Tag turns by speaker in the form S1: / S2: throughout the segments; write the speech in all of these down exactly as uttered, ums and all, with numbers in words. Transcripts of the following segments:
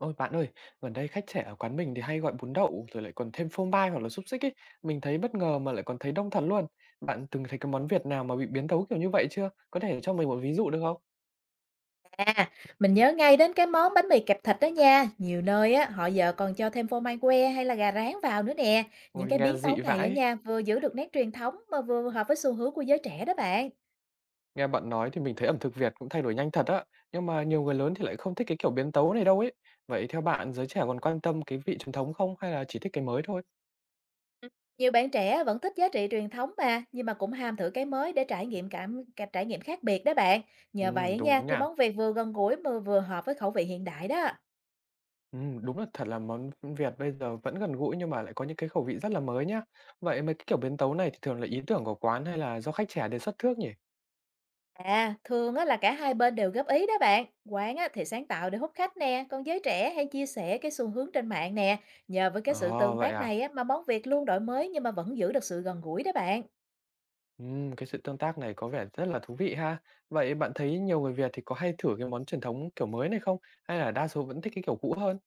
S1: Ôi, bạn ơi, gần đây khách trẻ ở quán mình thì hay gọi bún đậu rồi lại còn thêm phô mai hoặc là xúc xích ấy. Mình thấy bất ngờ mà lại còn thấy đông thật luôn. Bạn từng thấy cái món Việt nào mà bị biến tấu kiểu như vậy chưa? Có thể cho mình một ví dụ được không?
S2: À, mình nhớ ngay đến cái món bánh mì kẹp thịt đó nha. Nhiều nơi á, họ giờ còn cho thêm phô mai que hay là gà rán vào nữa nè. Những
S1: Ôi,
S2: cái
S1: nghe
S2: biến
S1: dị
S2: tấu này á
S1: vãi.
S2: nha, vừa giữ được nét truyền thống mà vừa hợp với xu hướng của giới trẻ đó bạn.
S1: Nghe bạn nói thì mình thấy ẩm thực Việt cũng thay đổi nhanh thật á. Nhưng mà nhiều người lớn thì lại không thích cái kiểu biến tấu này đâu ấy. Vậy theo bạn, giới trẻ còn quan tâm cái vị truyền thống không hay là chỉ thích cái mới thôi?
S2: Ừ, nhiều bạn trẻ vẫn thích giá trị truyền thống mà, nhưng mà cũng ham thử cái mới để trải nghiệm cảm cả trải nghiệm khác biệt đó bạn.
S1: Ừ,
S2: Nhờ vậy á nha,
S1: đúng nhỉ.
S2: thì món Việt vừa gần gũi mà vừa hợp với khẩu vị hiện đại đó.
S1: Ừm, đúng là thật là món Việt bây giờ vẫn gần gũi nhưng mà lại có những cái khẩu vị rất là mới nhá. Vậy mấy cái kiểu biến tấu này thì thường là ý tưởng của quán hay là do khách trẻ đề xuất trước nhỉ?
S2: À, thường á là cả hai bên đều góp ý đó bạn. Quán á thì sáng tạo để hút khách nè, còn giới trẻ hay chia sẻ cái xu hướng trên mạng nè. Nhờ với cái sự
S1: Ồ,
S2: tương
S1: vậy
S2: tác
S1: à?
S2: này á mà món Việt luôn đổi mới nhưng mà vẫn giữ được sự gần gũi đó bạn.
S1: Ừm, cái sự tương tác này có vẻ rất là thú vị ha. Vậy bạn thấy nhiều người Việt thì có hay thử cái món truyền thống kiểu mới này không? Hay là đa số vẫn thích cái kiểu cũ hơn?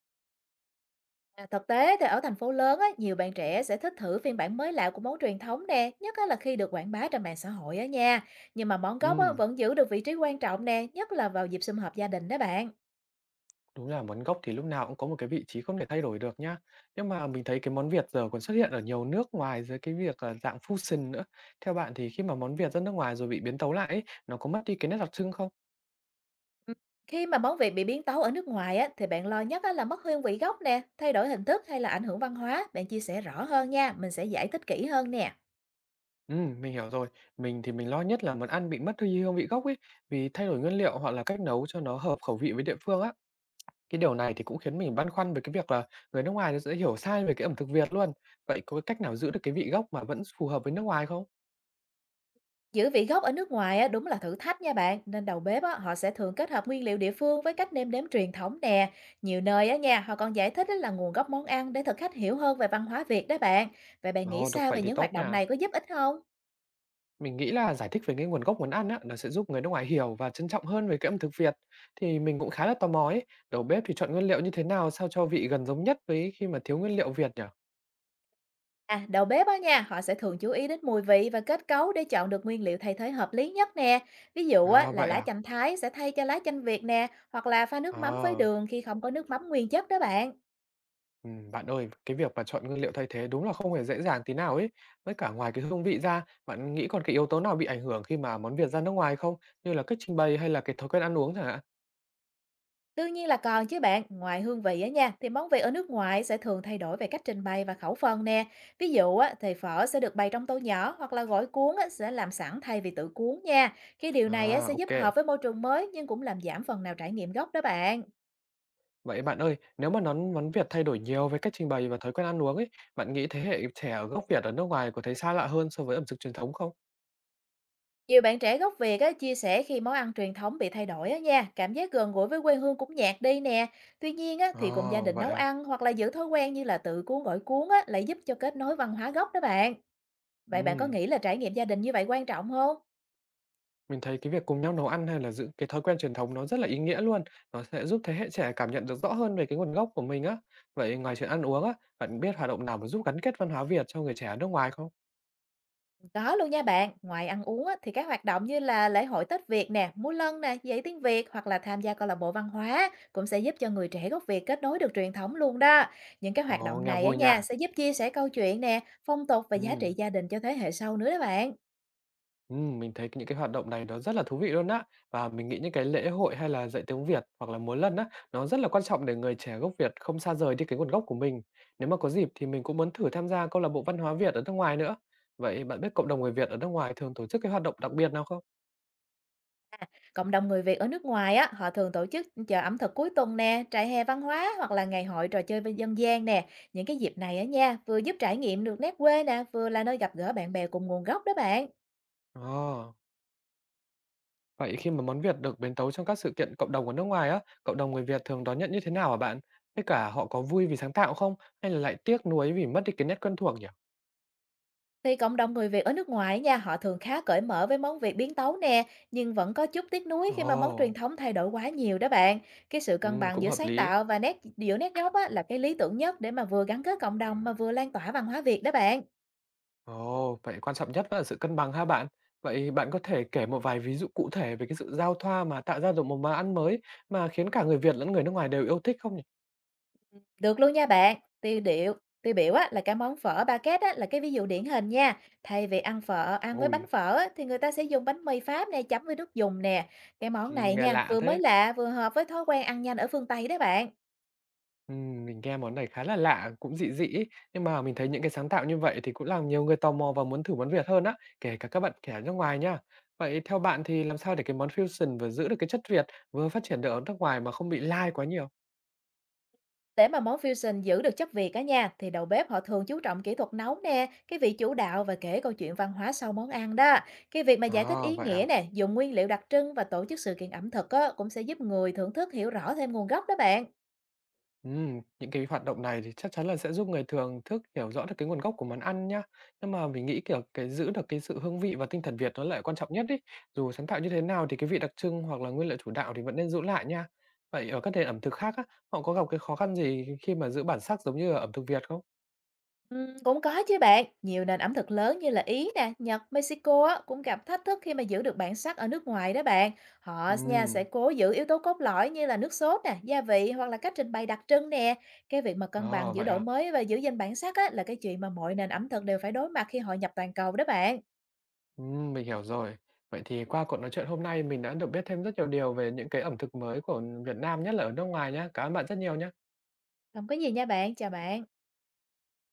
S2: À, thực tế thì ở thành phố lớn á, nhiều bạn trẻ sẽ thích thử phiên bản mới lạ của món truyền thống nè, nhất á là khi được quảng bá trên mạng xã hội á nha. Nhưng mà món gốc á
S1: Ừm.
S2: vẫn giữ được vị trí quan trọng nè, nhất là vào dịp sum họp gia đình đó bạn.
S1: Đúng là món gốc thì lúc nào cũng có một cái vị trí không thể thay đổi được nhá. Nhưng mà mình thấy cái món Việt giờ còn xuất hiện ở nhiều nước ngoài dưới cái việc là dạng fusion nữa. Theo bạn thì khi mà món Việt ra nước ngoài rồi bị biến tấu lại ấy, nó có mất đi cái nét đặc trưng không?
S2: Ừm, khi mà món Việt bị biến tấu ở nước ngoài á, thì bạn lo nhất á là mất hương vị gốc nè, thay đổi hình thức hay là ảnh hưởng văn hóa? Bạn chia sẻ rõ hơn nha, mình sẽ giải thích kỹ hơn nè.
S1: Ừm, mình hiểu rồi. Mình thì mình lo nhất là món ăn bị mất đi hương vị gốc ấy, vì thay đổi nguyên liệu hoặc là cách nấu cho nó hợp khẩu vị với địa phương á. Cái điều này thì cũng khiến mình băn khoăn về cái việc là người nước ngoài nó sẽ hiểu sai về cái ẩm thực Việt luôn. Vậy có cái cách nào giữ được cái vị gốc mà vẫn phù hợp với nước ngoài không?
S2: Giữ vị gốc ở nước ngoài á, đúng là thử thách nha bạn, nên đầu bếp á, họ sẽ thường kết hợp nguyên liệu địa phương với cách nêm nếm truyền thống nè. Nhiều nơi á nha, họ còn giải thích á là nguồn gốc món ăn để thực khách hiểu hơn về văn hóa Việt đó bạn. Vậy bạn nghĩ
S1: Ồ, được
S2: sao
S1: vậy
S2: về
S1: thì
S2: những
S1: tốt
S2: hoạt động
S1: nha.
S2: này có giúp ích không?
S1: Mình nghĩ là giải thích về cái nguồn gốc món ăn á, nó sẽ giúp người nước ngoài hiểu và trân trọng hơn về cái ẩm thực Việt. Thì mình cũng khá là tò mò ấy, đầu bếp thì chọn nguyên liệu như thế nào sao cho vị gần giống nhất với khi mà thiếu nguyên liệu Việt nhỉ?
S2: À, đầu bếp á nha, họ sẽ thường chú ý đến mùi vị và kết cấu để chọn được nguyên liệu thay thế hợp lý nhất nè. Ví dụ á,
S1: À
S2: là
S1: vậy
S2: lá
S1: à?
S2: chanh Thái sẽ thay cho lá chanh Việt nè, hoặc là pha nước mắm với
S1: À,
S2: đường khi không có nước mắm nguyên chất đó bạn.
S1: ừm, bạn ơi, cái việc mà chọn nguyên liệu thay thế đúng là không hề dễ dàng tí nào ấy. Với cả ngoài cái hương vị ra, bạn nghĩ còn cái yếu tố nào bị ảnh hưởng khi mà món Việt ra nước ngoài không? Như là cách trình bày hay là cái thói quen ăn uống chẳng hạn?
S2: Đương nhiên là còn chứ bạn, ngoài hương vị á nha, thì món Việt ở nước ngoài sẽ thường thay đổi về cách trình bày và khẩu phần nè. Ví dụ á, thì phở sẽ được bày trong tô nhỏ hoặc là gói cuốn á, sẽ làm sẵn thay vì tự cuốn nha. Khi điều này á,
S1: À,
S2: sẽ giúp
S1: ok.
S2: hợp với môi trường mới nhưng cũng làm giảm phần nào trải nghiệm gốc đó bạn.
S1: Vậy bạn ơi, nếu mà nón món Việt thay đổi nhiều về cách trình bày và thói quen ăn uống ấy, bạn nghĩ thế hệ trẻ ở gốc Việt ở nước ngoài có thấy xa lạ hơn so với ẩm thực truyền thống không?
S2: Nhiều bạn trẻ gốc Việt á, chia sẻ khi món ăn truyền thống bị thay đổi á nha, cảm giác gần gũi với quê hương cũng nhạt đi nè. Tuy nhiên á, thì cùng gia
S1: Ồ,
S2: đình
S1: vậy
S2: nấu
S1: à?
S2: ăn hoặc là giữ thói quen như là tự cuốn gỏi cuốn á, lại giúp cho kết nối văn hóa gốc đó bạn. Vậy bạn có
S1: Ừm,
S2: nghĩ là trải nghiệm gia đình như vậy quan trọng không?
S1: Mình thấy cái việc cùng nhau nấu ăn hay là giữ cái thói quen truyền thống nó rất là ý nghĩa luôn. Nó sẽ giúp thế hệ trẻ cảm nhận được rõ hơn về cái nguồn gốc của mình á. Vậy ngoài chuyện ăn uống á, bạn biết hoạt động nào mà giúp gắn kết văn hóa Việt cho người trẻ ở nước ngoài không?
S2: Có luôn nha bạn, ngoài ăn uống á, thì các hoạt động như là lễ hội Tết Việt nè, múa lân nè, dạy tiếng Việt hoặc là tham gia câu lạc bộ văn hóa cũng sẽ giúp cho người trẻ gốc Việt kết nối được truyền thống luôn đó. Những cái hoạt
S1: Ồ,
S2: động
S1: nghe
S2: này á
S1: vui
S2: nha
S1: nha.
S2: sẽ giúp chia sẻ câu chuyện nè, phong tục và giá
S1: Ừm.
S2: trị gia đình cho thế hệ sau nữa đó bạn.
S1: Ừm, mình thấy những cái hoạt động này nó rất là thú vị luôn á. Và mình nghĩ những cái lễ hội hay là dạy tiếng Việt hoặc là múa lân á, nó rất là quan trọng để người trẻ gốc Việt không xa rời đi cái nguồn gốc của mình. Nếu mà có dịp thì mình cũng muốn thử tham gia câu lạc bộ văn hóa Việt ở nước ngoài nữa. Vậy bạn biết cộng đồng người Việt ở nước ngoài thường tổ chức cái hoạt động đặc biệt nào không?
S2: Cộng đồng người Việt ở nước ngoài á, họ thường tổ chức chợ ẩm thực cuối tuần nè, trại hè văn hóa hoặc là ngày hội trò chơi với dân gian nè. Những cái dịp này á nha, vừa giúp trải nghiệm được nét quê nè, vừa là nơi gặp gỡ bạn bè cùng nguồn gốc đó bạn.
S1: Ồ, vậy khi mà món Việt được biến tấu trong các sự kiện cộng đồng ở nước ngoài á, cộng đồng người Việt thường đón nhận như thế nào hả bạn? Tất cả họ có vui vì sáng tạo không? Hay là lại tiếc nuối vì mất đi cái nét quen thuộc nhỉ?
S2: Thì cộng đồng người Việt ở nước ngoài nha, họ thường khá cởi mở với món Việt biến tấu nè, nhưng vẫn có chút tiếc nuối khi mà món truyền
S1: Ồ,
S2: thống thay đổi quá nhiều đó bạn. Cái sự cân
S1: ừm,
S2: bằng
S1: cũng
S2: giữa
S1: hợp
S2: sáng
S1: lý.
S2: tạo và nét giữa nét gốc á, là cái lý tưởng nhất để mà vừa gắn kết cộng đồng mà vừa lan tỏa văn hóa Việt đó bạn.
S1: Ồ, vậy quan trọng nhất vẫn là sự cân bằng ha bạn. Vậy bạn có thể kể một vài ví dụ cụ thể về cái sự giao thoa mà tạo ra được một món ăn mới mà khiến cả người Việt lẫn người nước ngoài đều yêu thích không nhỉ?
S2: Được luôn nha bạn. Tiêu điệu, tiêu biểu á, là cái món phở ba két á, là cái ví dụ điển hình nha. Thay vì ăn phở, ăn với bánh
S1: Ôi,
S2: phở á, thì người ta sẽ dùng bánh mì Pháp nè chấm với nước dùng nè. Cái món này
S1: ừm, nghe
S2: nha,
S1: lạ
S2: vừa mới
S1: thế.
S2: lạ vừa hợp với thói quen ăn nhanh ở phương Tây đó bạn.
S1: Ừm, mình nghe món này khá là lạ, cũng dị dị ấy. Nhưng mà mình thấy những cái sáng tạo như vậy thì cũng làm nhiều người tò mò và muốn thử món Việt hơn á, kể cả các bạn trẻ nước ngoài nha. Vậy theo bạn thì làm sao để cái món fusion vừa giữ được cái chất Việt, vừa phát triển được ở nước ngoài mà không bị lai quá nhiều?
S2: Để mà món fusion giữ được chất Việt á nha, thì đầu bếp họ thường chú trọng kỹ thuật nấu nè, cái vị chủ đạo và kể câu chuyện văn hóa sau món ăn đó. Cái việc mà giải thích
S1: À,
S2: ý
S1: vậy
S2: nghĩa
S1: à?
S2: nè, dùng nguyên liệu đặc trưng và tổ chức sự kiện ẩm thực á, cũng sẽ giúp người thưởng thức hiểu rõ thêm nguồn gốc đó bạn.
S1: Ừm, những cái hoạt động này thì chắc chắn là sẽ giúp người thường thức hiểu rõ được cái nguồn gốc của món ăn nhá. Nhưng mà mình nghĩ, kiểu, cái giữ được cái sự hương vị và tinh thần Việt nó lại quan trọng nhất ấy. Dù sáng tạo như thế nào thì cái vị đặc trưng hoặc là nguyên liệu chủ đạo thì vẫn nên giữ lại nha. Vậy ở các nền ẩm thực khác á, họ có gặp cái khó khăn gì khi mà giữ bản sắc giống như ở ẩm thực Việt không?
S2: Ừm, cũng có chứ bạn. Nhiều nền ẩm thực lớn như là Ý nè, Nhật, Mexico á, cũng gặp thách thức khi mà giữ được bản sắc ở nước ngoài đó bạn. Họ nha sẽ
S1: Ừm,
S2: cố giữ yếu tố cốt lõi như là nước sốt nè, gia vị hoặc là cách trình bày đặc trưng nè. Cái việc mà cân
S1: ờ,
S2: bằng giữa
S1: vậy
S2: đổi
S1: à?
S2: mới và giữ gìn bản sắc á, là cái chuyện mà mọi nền ẩm thực đều phải đối mặt khi hội nhập toàn cầu đó bạn.
S1: Ừm, mình hiểu rồi. Vậy thì qua cuộc nói chuyện hôm nay mình đã được biết thêm rất nhiều điều về những cái ẩm thực mới của Việt Nam, nhất là ở nước ngoài nhá. Cảm ơn bạn rất nhiều nhá.
S2: Không có gì nha bạn, chào bạn.